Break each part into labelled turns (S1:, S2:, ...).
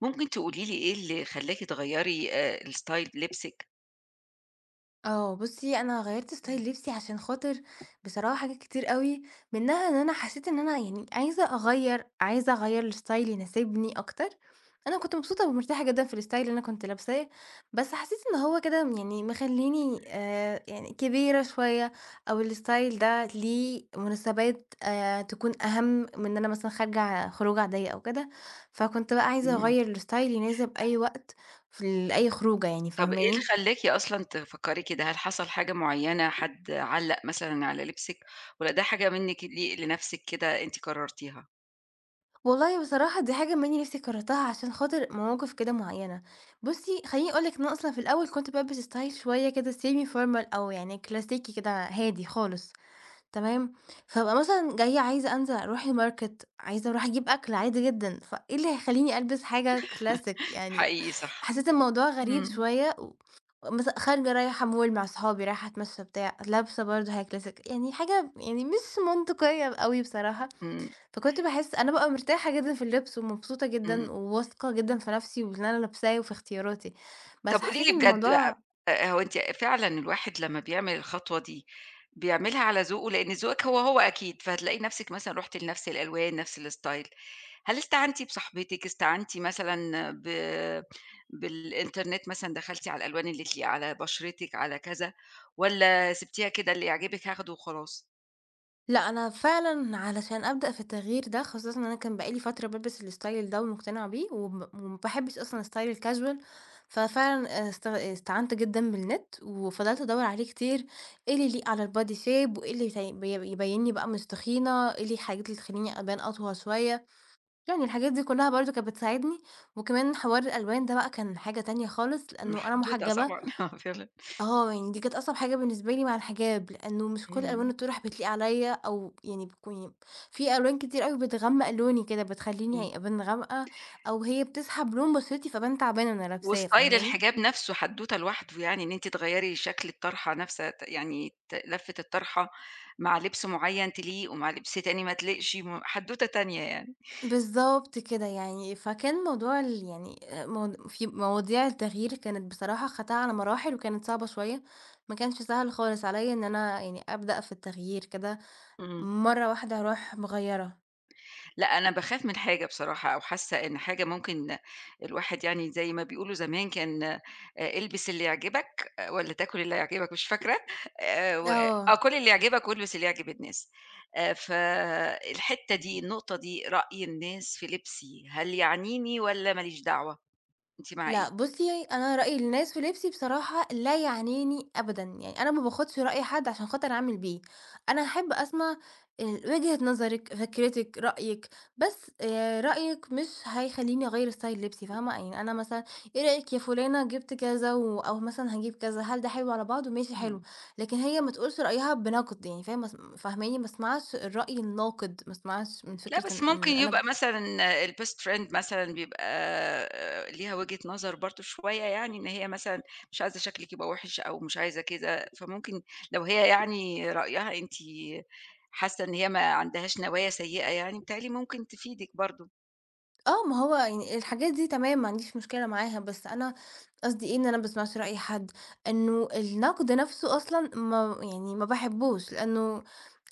S1: ممكن تقولي لي إيه اللي خلّاكِ تغيّري الstyle لبسِك؟
S2: آه، بُصّي، أنا غيّرت
S1: إمم.
S2: ستايل لبسي عشان خاطر بصراحة حاجات كتير أوي، منها إن أنا حسيت إن أنا يعني عايزة أغيّر الستايل يناسبني أكتر. أنا كنت مبسوطة ومرتاحة جدًا في الستايل اللي أنا كنت لابساه، بس حسيت إن هو كده يعني مخلّيني يعني كبيرة شوية أو الستايل ده ليه مناسبات تكون أهم من إن أنا مثلًا خارجة خروجة عادية أو كده، فكنت بقى عايزة
S1: إمم.
S2: أغيّر الستايل يناسب أي وقت في أي خروجة يعني،
S1: طَب إيه اللي
S2: فاهماني؟
S1: خلّاكِ أصلًا تفكّري كده، هل حصل حاجة معيّنة، حد علّق مثلًا على لبسِك والّا ده حاجة منِّك لي لنَفْسِك كده أنتِ قررتيها؟
S2: والله بصراحة دي حاجة منّي نفسي كرّرتها عشان خاطر مواقف كده معيّنة. بُصّي، خلّيني أقول لِك إن أنا أصلًا في الأول كنت بالبس style شوية كده semi formal أو يعني كلاسيكي كده هادي خالص، تمام؟ فابقى مثلًا جاية عايزة أنزل أروح الmarket، عايزة أروح أجيب أكل عادي جدًا، فإيه اللي هيخلّيني ألبس حاجة classic يعني؟
S1: حقيقي صح،
S2: حسّيت الموضوع غريب
S1: إمم،
S2: شوية و مثلًا خارجة رايحة mall مع صحابي، رايحة أتمشّى بتاع، لابسة برضه حاجة classic، يعني حاجة يعني مش منطقية أوي بصراحة.
S1: إمم،
S2: فكنت باحس أنا بابقى مرتاحة جدًا في اللبس ومبسوطة
S1: إمم.
S2: جدًا وواثقة جدًا في نفسي وفي اللي أنا لابساه وفي اختياراتي، بس
S1: طب قولي
S2: حسيت
S1: لي
S2: إن
S1: بجد بقى،
S2: الموضوع.
S1: هو أنتِ فعلًا الواحد لمّا بيعمل الخطوة دي، بيعملها على ذوقه؟ لإن ذوقِك هو، هو أكيد، فهتلاقي نَفْسِك مثلًا رُحتِ لنَفْس الألوان، نَفْس الstyle. هل استعنتِ بصاحبتِك، استعنتِ مثلًا بالإنترنت مثلًا، دخلتِ على الألوان اللي تليق على بشرتِك، على كذا، والّا سِبتيها كده اللي يعجبِك هاخده وخلاص؟
S2: لأ، أنا فعلًا علشان أبدأ في التغيير ده خاصةً إن أنا كان بقى لي فترة بالبس الstyle ده ومقتنعة بيه وما باحبش أصلًا style الcasual، ففعلًا استعنت جدًا بالنت وفضلت أدوّر عليه كتير، إيه اللي يليق على الbody shape وإيه اللي يت بي يبينّي بقى مش تخينة، إيه اللي الحاجات اللي تخلّيني أبان أطول شوية. يعني الحاجات دي كلّها برضه كانت بتساعدني، وكمان حوار الألوان ده بقى كان حاجة تانية خالص،
S1: إمم،
S2: لإنه أنا
S1: حدوتة
S2: محجبة.
S1: طبعًا، آه فعلًا.
S2: آه، يعني دي كانت أصعب حاجة بالنسبة لي مع الحجاب، لإنه مش كل ألوان
S1: إمم،
S2: الطرح بتليق عليَّ أو يعني بتكون، في ألوان كتير أوي بتغمّق لوني كده، بتخلّيني
S1: إمم.
S2: يعني أبان غامقة، أو هي بتسحب لون بشرتي فابان تعبانة وأنا لابساه،
S1: وستايل
S2: فاهماني؟
S1: الحجاب نفسه حدوتة لوحده، يعني إن أنتِ تغيّري شكل الطرحة نفسها ت يعني ت لفة الطرحة مع لبس معيّن تليق ومع لبس تاني ما تليقش، حدوتة تانية يعني.
S2: بالضبط كده يعني، فكان موضوع ال يعني مو في مواضيع التغيير كانت بصراحة خدتها على مراحل وكانت صعبة شوية، ما كانش سهل خالص عليَّ إن أنا يعني أبدأ في التغيير كده
S1: إمم.
S2: مرة واحدة أروح مغيّرة.
S1: لأ، أنا باخاف من حاجة بصراحة أو حاسة إن حاجة ممكن الواحد يعني زي ما بيقولوا زمان كان البس اللي يعجبك والّا تاكل اللي هيعجبك مش فاكرة و إمم. آه،
S2: آه.
S1: كُل اللي يعجبك والبس اللي يعجب الناس فالحتة دي النقطة دي رأي الناس في لبسي هل يعنيني والّا ما ليش دعوة؟ أنتِ مع إيه؟
S2: لأ بُصّي، يعني أنا رأي الناس في لبسي بصراحة لا يعنيني أبدًا، يعني أنا ما باخدش رأي حد عشان خاطر أعمل بيه، أنا أحب أسمع وجهة نظرِك، فكرتِك، رأيِك، بس رأيِك مش هيخلّيني أغيّر ستايل لبسي فاهمة؟ يعني أنا مثلًا إيه رأيِك يا فلانة جِبت كذا أو مثلًا هاجيب كذا، هل ده حلو على بعضه؟ ماشي حلو،
S1: إمم.
S2: لكن هي ما تقولش رأيها بنقد يعني فاهمة؟ فاهماني؟ ما اسمعش الرأي الناقد، ما اسمعش من
S1: لأ،
S2: فكرة
S1: بس
S2: إن
S1: ممكن
S2: إن أنا.
S1: يبقى مثلًا الbest friend مثلًا بيبقى ليها وجهة نظر برضه شوية يعني، إن هي مثلًا مش عايزة شكلِك يبقى وِحِش أو مش عايزة كده، فممكن لو هي يعني رأيها أنتِ حاسة إن هي ما عندهاش نوايا سيئة يعني، بيتهيأ لي ممكن تفيدِك برضه.
S2: آه، ما هو يعني الحاجات دي تمام، ما عنديش مشكلة معاها، بس أنا قصدي إيه، إن أنا ما باسمعش رأي حد، إنه النقد نَفْسه أصلًا ما باحبّوش، لإنه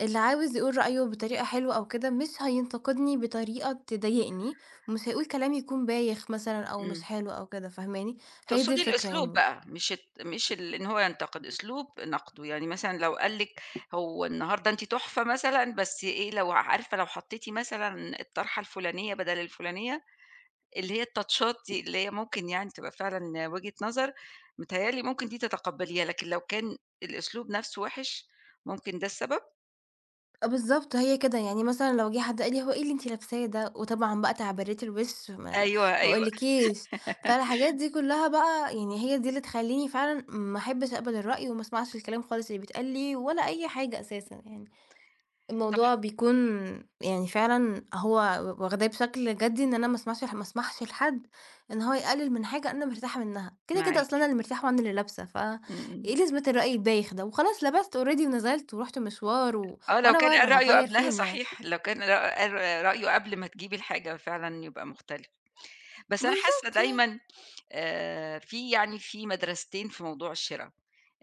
S2: اللي عاوز يقول رأيه بطريقة حلوة أو كده مش هينتقدني بطريقة تضايقني، ومش هيقول كلام يكون بايخ مثلًا أو مش
S1: إمم.
S2: حلو أو كده، فاهماني؟ هي دي
S1: تقصدي
S2: الفكرة
S1: الأسلوب
S2: يعني.
S1: بقى، مش إن هو ينتقد، أسلوب نقده، يعني مثلًا لو قال لِك هو النهارده أنتِ تحفة مثلًا، بس إيه، لو عارفة لو حطيتِ مثلًا الطرحة الفلانية بدل الفلانية اللي هي التاتشات دي، اللي هي ممكن يعني تبقى فعلًا وجهة نظر، متهيأ لي ممكن دي تتقبّليها، لكن لو كان الأسلوب نَفْسه وِحِش، ممكن ده السبب؟
S2: آه، بالضبط، هي كده، يعني مثلًا لو جه حد قال لي: "هو إيه اللي أنتِ لابساه ده؟" وطبعًا بقى تعبيرات الوِش ما
S1: أيوه،
S2: ما
S1: أيوه،
S2: أقولكيش، فالحاجات دي كلّها بقى يعني هي دي اللي تخلّيني فعلًا ما أحبش أقبل الرأي وما أسمعش الكلام خالص اللي بيتقال لي ولا أي حاجة أساسًا يعني.
S1: طبعًا
S2: الموضوع بيكون يعني فعلًا هو واخداه بشكل جدّي إن أنا ما اسمحش لحد إن هو يقلل من حاجة أنا مرتاحة منها، كده
S1: معاك،
S2: أصلًا أنا اللي مرتاحة وأنا اللي لابسة،
S1: إمم، إمم.
S2: فإيه لازمة الرأي البايخ ده؟ وخلاص لبست already ونزلت ورُحت مشوار و
S1: آه، لو
S2: وأنا
S1: كان
S2: برّه
S1: قال رأيه
S2: هاغيّر
S1: قبلها
S2: فين يعني؟
S1: صحيح، لو كان قال رأيه قبل ما تجيبي الحاجة فعلًا يبقى مختلف، بس أنا حاسة
S2: بالضبط يعني.
S1: دايمًا في يعني في مدرستين في موضوع الشِرا،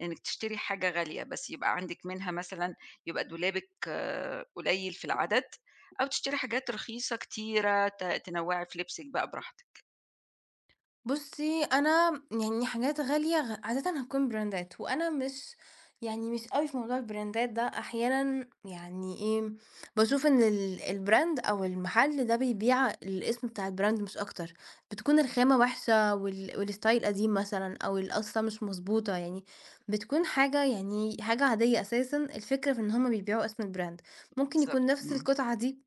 S1: إنِّك تشتري حاجة غالية، بس يبقى عندِك منها مثلًا يبقى دولابِك آه، قليل في العدد، أو تشتري حاجات رخيصة كتيرة تنوّعي في لبسِك بقى براحتِك.
S2: بُصّي، أنا يعني حاجات غالية عادةً هتكون براندات، وأنا مش أوي في موضوع البراندات ده، أحيانًا يعني إيه، باشوف إن الbrand أو المحل ده بيبيع الاسم بتاع الbrand مش أكتر، بتكون الخامة وحشة والstyle قديم مثلًا أو القصة مش مضبوطة، يعني بتكون حاجة يعني حاجة عادية أساسًا، الفكرة في إن هُم بيبيعوا اسم الbrand، ممكن
S1: بالضبط.
S2: يكون نفس
S1: إمم،
S2: القطعة دي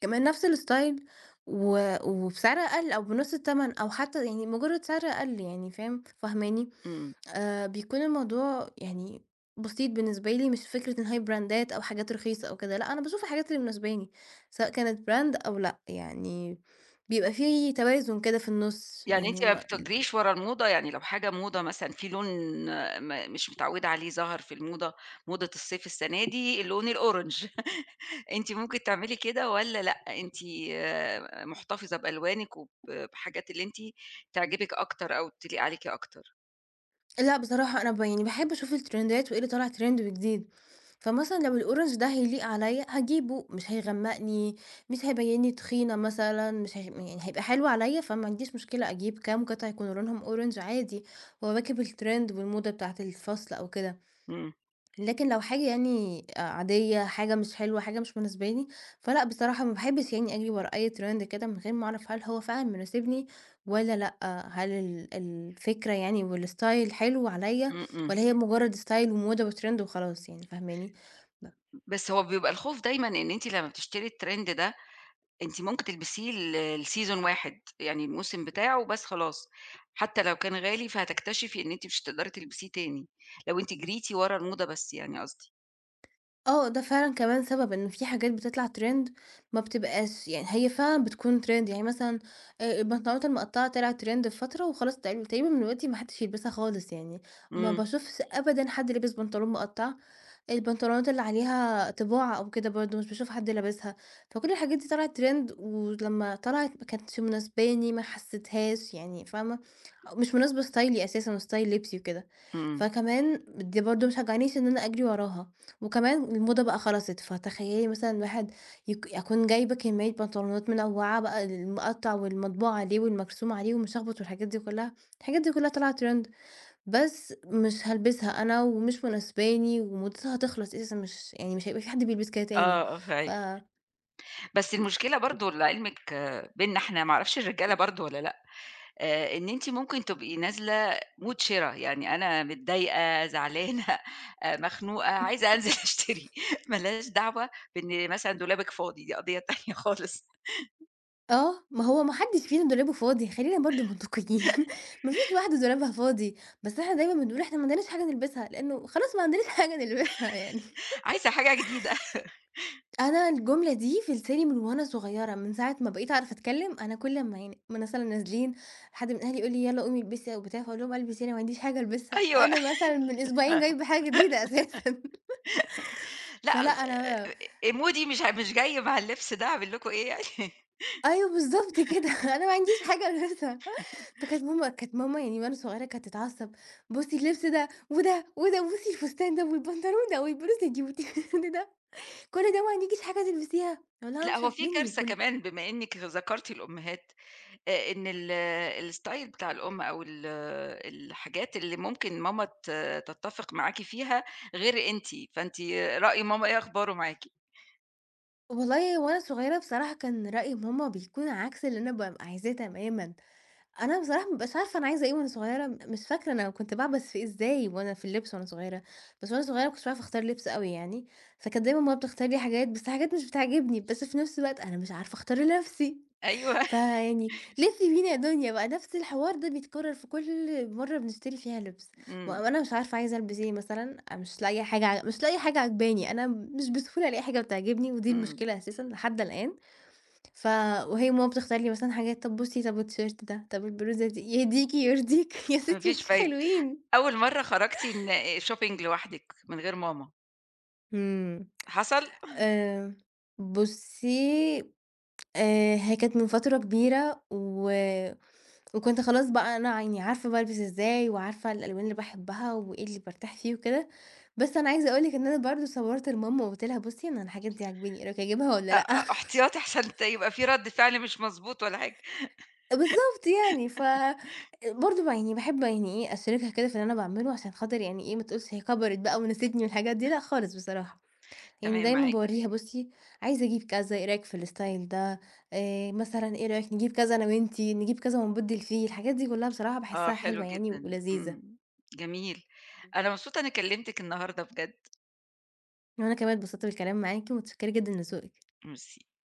S2: كمان نفس الستايل وبسعر أقل أو بنُص التمن أو حتى يعني مجرد سعر أقل يعني فاهم، فاهماني؟
S1: إمم.
S2: بيكون الموضوع يعني بسيط بالنسبة لي، مش فكرة إن هي براندات أو حاجات رخيصة أو كده، لأ أنا باشوف الحاجات اللي مناسباني، سواء كانت براند أو لأ، يعني بيبقى في توازن كده في النُص
S1: يعني
S2: يعني
S1: أنتِ ما
S2: ما
S1: بتجريش ورا الموضة، يعني لو حاجة موضة مثلًا في لون مش متعوّدة عليه ظهر في الموضة، موضة الصيف السنة دي اللون الأورنج. أنتِ ممكن تعملي كده والّا لأ، أنتِ محتفظة بألوانِك بحاجات اللي أنتِ تعجبِك أكتر أو تليق عليكِ أكتر؟
S2: لأ بصراحة أنا ب يعني باحب أشوف الترندات وإيه اللي طالع ترند وجديد، فمثلًا لو الأورنج ده هيليق عليَّ هاجيبه، مش هيغمّقني، مش هيبيّنّي تخينة مثلًا، مش هيغ يعني هيبقى حلو عليَّ، فما عنديش مشكلة أجيب كام قطعة يكونوا لونهم أورنج عادي، وأواكب الترند والموضة بتاعة الفصل أو كده.
S1: إمم،
S2: لكن لو حاجة يعني آه، عادية، حاجة مش حلوة، حاجة مش مناسباني، فلأ بصراحة ما باحبش يعني أجري ورا أي trend كده من غير ما أعرف هل هو فعلًا مناسبني والّا لأ، هل الفكرة يعني والstyle حلو عليَّ
S1: إمم،
S2: والّا
S1: إمم.
S2: هي مجرد style وموضة وtrend وخلاص يعني فاهماني؟ ب
S1: بس هو بيبقى الخوف دايمًا إن أنتِ لمّا بتشتري الtrend ده، أنتِ ممكن تلبسيه لseason واحد، يعني الموسم بتاعه بس خلاص، حتى لو كان غالي فهتكتشفي إن أنتِ مش هتقدري تلبسيه تاني، لو أنتِ جريتِ ورا الموضة بس يعني قصدي.
S2: آه، ده فعلًا كمان سبب إن في حاجات بتطلع trend ما بتبقاش يعني هي فعلًا بتكون trend يعني مثلًا البنطلونات المقطّعة طلعت trend في فترة وخلاص تقريبًا تقريبًا من دلوقتي ما حدش يلبسها خالص يعني، ما
S1: إمم،
S2: باشوفش أبدًا حد لابس بنطلون مقطّع. البنطلونات اللي عليها طباعة أو كده برضه مش باشوف حد لابسها، فكل الحاجات دي طلعت ترند ولمّا طلعت ما كانتش مناسباني، ما حسيتهاش يعني فاهمة، مش مناسبة ستايلي أساسًا وستايل لبسي وكده،
S1: إمم.
S2: فكمان دي برضه ما شجعنيش إن أنا أجري وراها، وكمان الموضة بقى خلصت، فتخيلي مثلًا الواحد أكون جايبة كمية بنطلونات منوعة بقى المقطع والمطبوع عليه والمرسوم عليه والمشخبط والحاجات دي كلها، الحاجات دي كلها طلعت ترند. بس مش هالبسها أنا ومش مناسباني ومدتها هتخلص أساسًا مش هيبقى في حد بيلبس كده تاني.
S1: آه، آه
S2: ف
S1: فاهماكِ. بس المشكلة برضه لعلمِك بيننا إحنا، ما أعرفش الرجالة برضه والّا لأ؟ إن أنتِ ممكن تبقي نازلة mood شِرا، يعني أنا متضايقة، زعلانة، مخنوقة، عايزة أنزل أشتري، ما لهاش دعوة بإن مثلًا دولابِك فاضي، دي قضية تانية خالص،
S2: آه، ما هو ما حدش فينا دولابه فاضي خلينا برضه منطقيين ما فيش واحدة دولابها فاضي، بس إحنا دايمًا بنقول إحنا ما عندناش حاجة نلبسها لإنه خلاص ما عندناش حاجة نلبسها يعني.
S1: عايزة حاجة جديدة
S2: أنا الجملة دي في لساني من وأنا صغيرة، من ساعة ما بقيت أعرف أتكلم أنا كل ما يعني من مثلًا نازلين حد من أهلي يقول لي: "يالّا قومي البسي" أو بتاع، فاقول لهم: "ألبس إيه أنا ما عنديش حاجة ألبسها."
S1: أيوه،
S2: أنا مثلًا من أسبوعين جايبة حاجة جديدة أساسًا.
S1: لأ
S2: فلأ أنا،
S1: مودي مش مش جاي مع اللبس ده، أعمل لكم إيه يعني؟
S2: أيوه بالضبط كده، أنا ما عنديش حاجة ألبسها، فكانت ماما يعني وأنا صغيرة كانت تتعصب، بُصّي اللبس ده وده وده، وبُصّي الفستان ده والبنطلون ده والبلوزة دي والتيشيرت ده، كل ده ما عندكيش حاجة تلبسيها، أقول لها
S1: لأ،
S2: مش
S1: هو في
S2: عاجبني
S1: كارثة كمان بما إنِّك ذكرتِ الأمهات. إن ال آه، الstyle بتاع الأم أو ال آه، الحاجات اللي ممكن ماما تتّفق معاكِ فيها غير أنتِ، فأنتِ رأي ماما إيه أخباره معاكِ؟
S2: والله. وأنا صغيرة بصراحة كان رأي ماما بيكون عكس اللي أنا بابقى عايزاه تمامًا. أنا بصراحة ما بابقاش عارفة أنا عايزة إيه وأنا صغيرة، مش فاكرة أنا كنت باعبَث في إيه إزاي وأنا في اللبس وأنا صغيرة، بس وأنا صغيرة ما كنتش باعرف أختار لبس أوي يعني، فكانت دايمًا ماما بتختار لي حاجات، بس حاجات مش بتعجبني، بس في نفس الوقت أنا مش عارفة أختار لنفسي،
S1: أيوه،
S2: فيعني لفي بينا يا دنيا بقى نفس الحوار ده بيتكرر في كل مرة بنشتري فيها لبس،
S1: إمم،
S2: ما أنا مش عارفة عايزة ألبس إيه مثلًا، أنا مش لاقية حاجة مش لاقية حاجة عاجباني، أنا مش بسهولة ألاقي حاجة بتعجبني، ودي
S1: إمم،
S2: المشكلة أساسًا لحد الآن. ف وهي ماما بتختار لي مثلًا حاجات، طب بُصي، طب التيشيرت ده، طب البلوزة دي، يهديكِ يرضيكِ يا
S1: ما
S2: ستي
S1: فيش
S2: مش
S1: فايدة.
S2: حلوين.
S1: أول مرّة خرجتِ إن shopping لوحدِك من غير ماما،
S2: إمم.
S1: حصل؟
S2: آآ، بُصي، هي كانت من فترة كبيرة وكنت خلاص بقى أنا يعني عارفة بالبس إزاي، وعارفة الألوان اللي باحبها، وإيه اللي بارتاح فيه وكده، بس أنا عايزة أقول لِك إن أنا برضه صوّرت لماما وقُلت لها: "بُصي، أنا الحاجات دي عاجباني، إيه رأيِك أجيبها والّا
S1: أ
S2: لأ؟"
S1: أ احتياطي عشان يبقى في رَد فعل مش مضبوط ولا حاجة،
S2: بالضبط يعني، برضه ب يعني باحب يعني إيه أشاركها كده في اللي أنا باعمله عشان خاطر يعني إيه ما تقولش هي كبرت بقى ونسيتني والحاجات دي، لأ خالص بصراحة، يعني
S1: تمام
S2: دايمًا
S1: معاكِ،
S2: باورّيها بُصّي عايزة أجيب كذا، إيه رأيِك في الstyle ده، مثلًا إيه رأيِك نجيب كذا أنا وأنتِ، نجيب كذا ونبدِّل فيه، الحاجات دي كلّها بصراحة
S1: آه
S2: باحسها
S1: حلو
S2: حلوة يعني
S1: جدًا،
S2: ولذيذة،
S1: إمم، جميل. أنا مبسوطة إني كلمتِك النهارده بجد،
S2: وأنا كمان اتبسطت بالكلام معاكِ ومتشكرة جدًا لذوقِك.
S1: ميرسي.